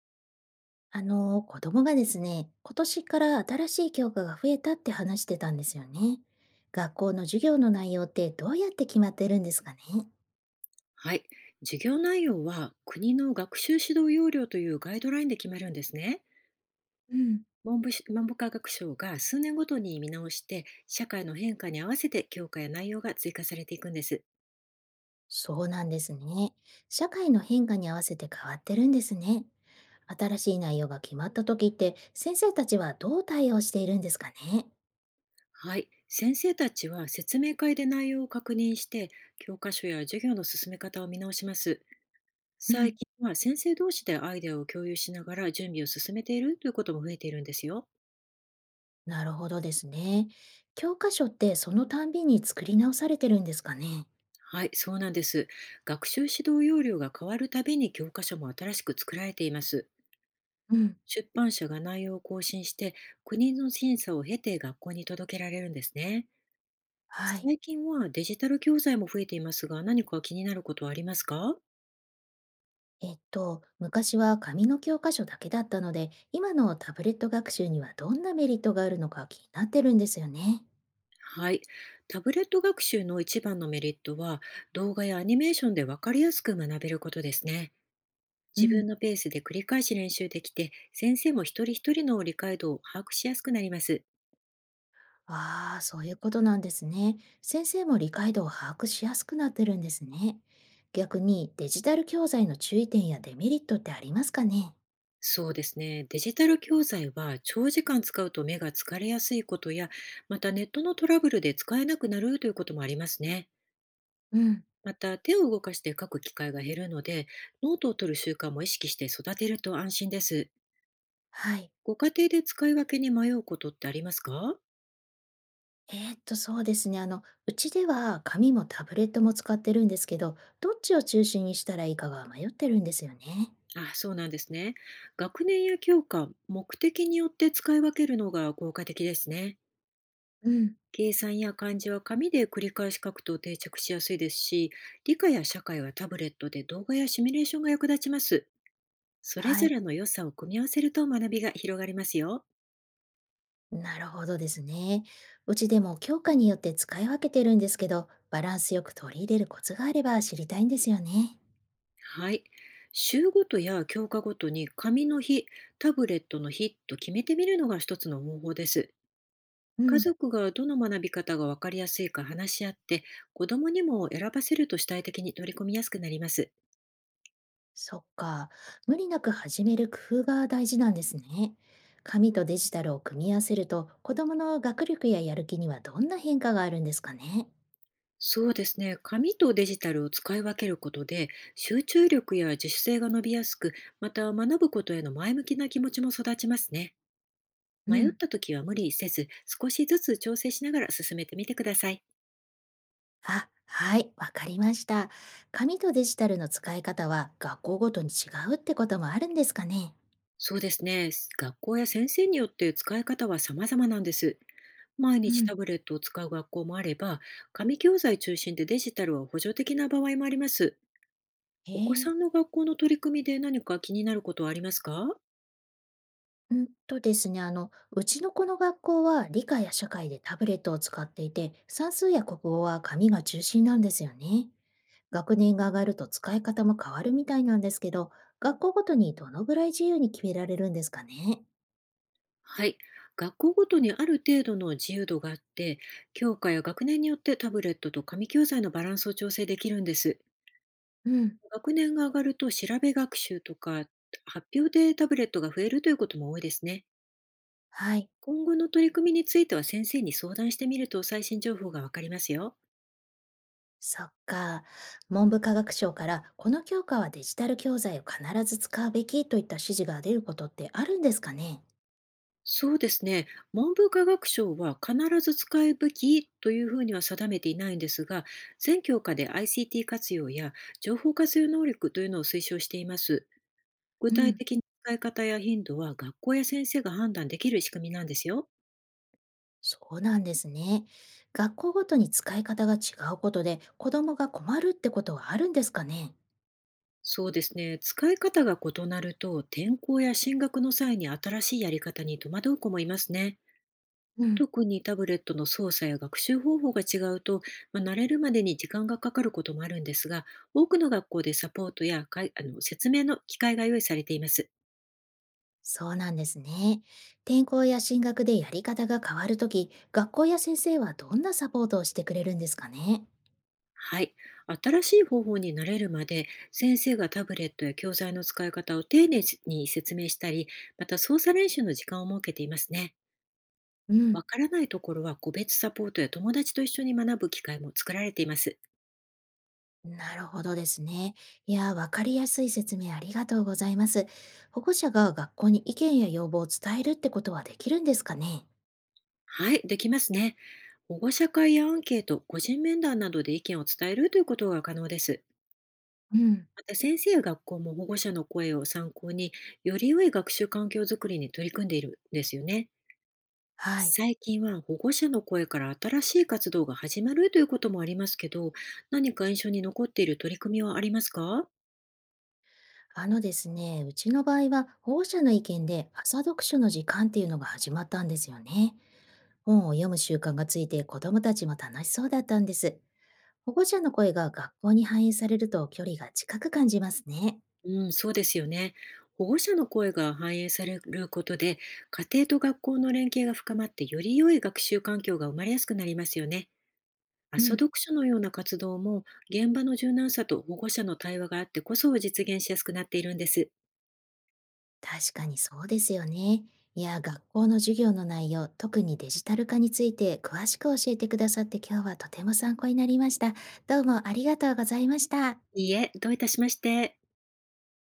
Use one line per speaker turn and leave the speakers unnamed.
子供がですね、今年から新しい教科が増えたって話してたんですよね。学校の授業の内容ってどうやって決まってるんですかね。
はい。授業内容は国の学習指導要領というガイドラインで決まるんですね。
うん、
文部科学省が数年ごとに見直して、社会の変化に合わせて教科や内容が追加されていくんです。
そうなんですね。社会の変化に合わせて変わってるんですね。新しい内容が決まった時って先生たちはどう対応しているんですかね。
はい。先生たちは説明会で内容を確認して、教科書や授業の進め方を見直します。
う
最
ん、
近は先生同士でアイデアを共有しながら準備を進めているということも増えているんですよ。
なるほどですね。教科書ってそのたんびに作り直されてるんですかね。
はい、そうなんです。学習指導要領が変わるたびに教科書も新しく作られています。
うん。
出版社が内容を更新して、国の審査を経て学校に届けられるんですね。
はい。
最近はデジタル教材も増えていますが、何か気になることはありますか？
昔は紙の教科書だけだったので、今のタブレット学習にはどんなメリットがあるのか気になってるんですよね。
はい。タブレット学習の一番のメリットは、動画やアニメーションでわかりやすく学べることですね。
う
自分
ん。
のペースで繰り返し練習できて、先生も一人一人の理解度を把握しやすくなります。
ああ、そういうことなんですね。先生も理解度を把握しやすくなってるんですね。逆にデジタル教材の注意点やデメリットってありますかね？
そうですね。デジタル教材は長時間使うと目が疲れやすいことや、またネットのトラブルで使えなくなるということもありますね。
うん。
また手を動かして書く機会が減るので、ノートを取る習慣も意識して育てると安心です。
はい。
ご家庭で使い分けに迷うことってありますか？
そうですね。うちでは紙もタブレットも使ってるんですけど、どっちを中心にしたらいいかが迷ってるんですよね。
あ、そうなんですね。学年や教科、目的によって使い分けるのが効果的ですね。
うん。
計算や漢字は紙で繰り返し書くと定着しやすいですし、理科や社会はタブレットで動画やシミュレーションが役立ちます。それ
は
ぞ
い。
れの良さを組み合わせると学びが広がりますよ。
なるほどですね。うちでも教科によって使い分けてるんですけど、バランスよく取り入れるコツがあれば知りたいんですよね。
はい。週ごとや教科ごとに紙の日、タブレットの日と決めてみるのが一つの方法です。
う
家
ん。
族がどの学び方が分かりやすいか話し合って、子どもにも選ばせると主体的に取り込みやすくなります。
そっか。無理なく始める工夫が大事なんですね。紙とデジタルを組み合わせると、子供の学力ややる気にはどんな変化があるんですかね。
そうですね。紙とデジタルを使い分けることで、集中力や自主性が伸びやすく、また学ぶことへの前向きな気持ちも育ちますね。
う
迷っ
ん。
た時は無理せず、少しずつ調整しながら進めてみてください。
あ、はい、わかりました。紙とデジタルの使い方は学校ごとに違うってこともあるんですかね。
そうですね。学校や先生によって使い方は様々なんです。毎
う
日タ
ん。
ブレットを使う学校もあれば、紙教材中心でデジタルは補助的な場合もあります。
へ
お子
え。
さんの学校の取り組みで何か気になることはありますか？
うんとですね、うちの子の学校は理科や社会でタブレットを使っていて、算数や国語は紙が中心なんですよね。学年が上がると使い方も変わるみたいなんですけど、学校ごとにどのぐらい自由に決められるんですかね。
はい。学校ごとにある程度の自由度があって、教科や学年によってタブレットと紙教材のバランスを調整できるんです。
うん、
学年が上がると調べ学習とか発表でタブレットが増えるということも多いですね。
はい、
今後の取り組みについては先生に相談してみると最新情報がわかりますよ。
そっか。文部科学省からこの教科はデジタル教材を必ず使うべきといった指示が出ることってあるんですかね。
そうですね。文部科学省は必ず使うべきというふうには定めていないんですが、全教科で ICT 活用や情報活用能力というのを推奨しています。具
う
体
ん。
的な使い方や頻度は学校や先生が判断できる仕組みなんですよ。
そうなんですね。学校ごとに使い方が違うことで子供が困るってことはあるんですかね？
そうですね。使い方が異なると、転校や進学の際に新しいやり方に戸惑う子もいますね。
うん、
特にタブレットの操作や学習方法が違うと、まあ、慣れるまでに時間がかかることもあるんですが、多くの学校でサポートやかいあの説明の機会が用意されています。
そうなんですね。転校や進学でやり方が変わるとき、学校や先生はどんなサポートをしてくれるんですかね？
はい。新しい方法に慣れるまで、先生がタブレットや教材の使い方を丁寧に説明したり、また操作練習の時間を設けていますね。
う
わ
ん、
からないところは個別サポートや友達と一緒に学ぶ機会も作られています。
なるほどですね。いやー、わかりやすい説明ありがとうございます。保護者が学校に意見や要望を伝えるってことはできるんですかね？
はい、できますね。保護者会やアンケート、個人面談などで意見を伝えるということが可能です。
うん。
また先生や学校も保護者の声を参考に、より良い学習環境づくりに取り組んでいるんですよね。
はい。
最近は保護者の声から新しい活動が始まるということもありますけど、何か印象に残っている取り組みはありますか？
あのですね、うちの場合は保護者の意見で朝読書の時間っていうのが始まったんですよね。本を読む習慣がついて子どもたちも楽しそうだったんです。保護者の声が学校に反映されると距離が近く感じますね。
うん、そうですよね。保護者の声が反映されることで、家庭と学校の連携が深まって、より良い学習環境が生まれやすくなりますよね。
う
朝
ん、
読書のような活動も、現場の柔軟さと保護者の対話があってこそ実現しやすくなっているんです。
確かにそうですよね。いや、学校の授業の内容、特にデジタル化について詳しく教えてくださって今日はとても参考になりました。どうもありがとうございました。
いいえ、どういたしまして。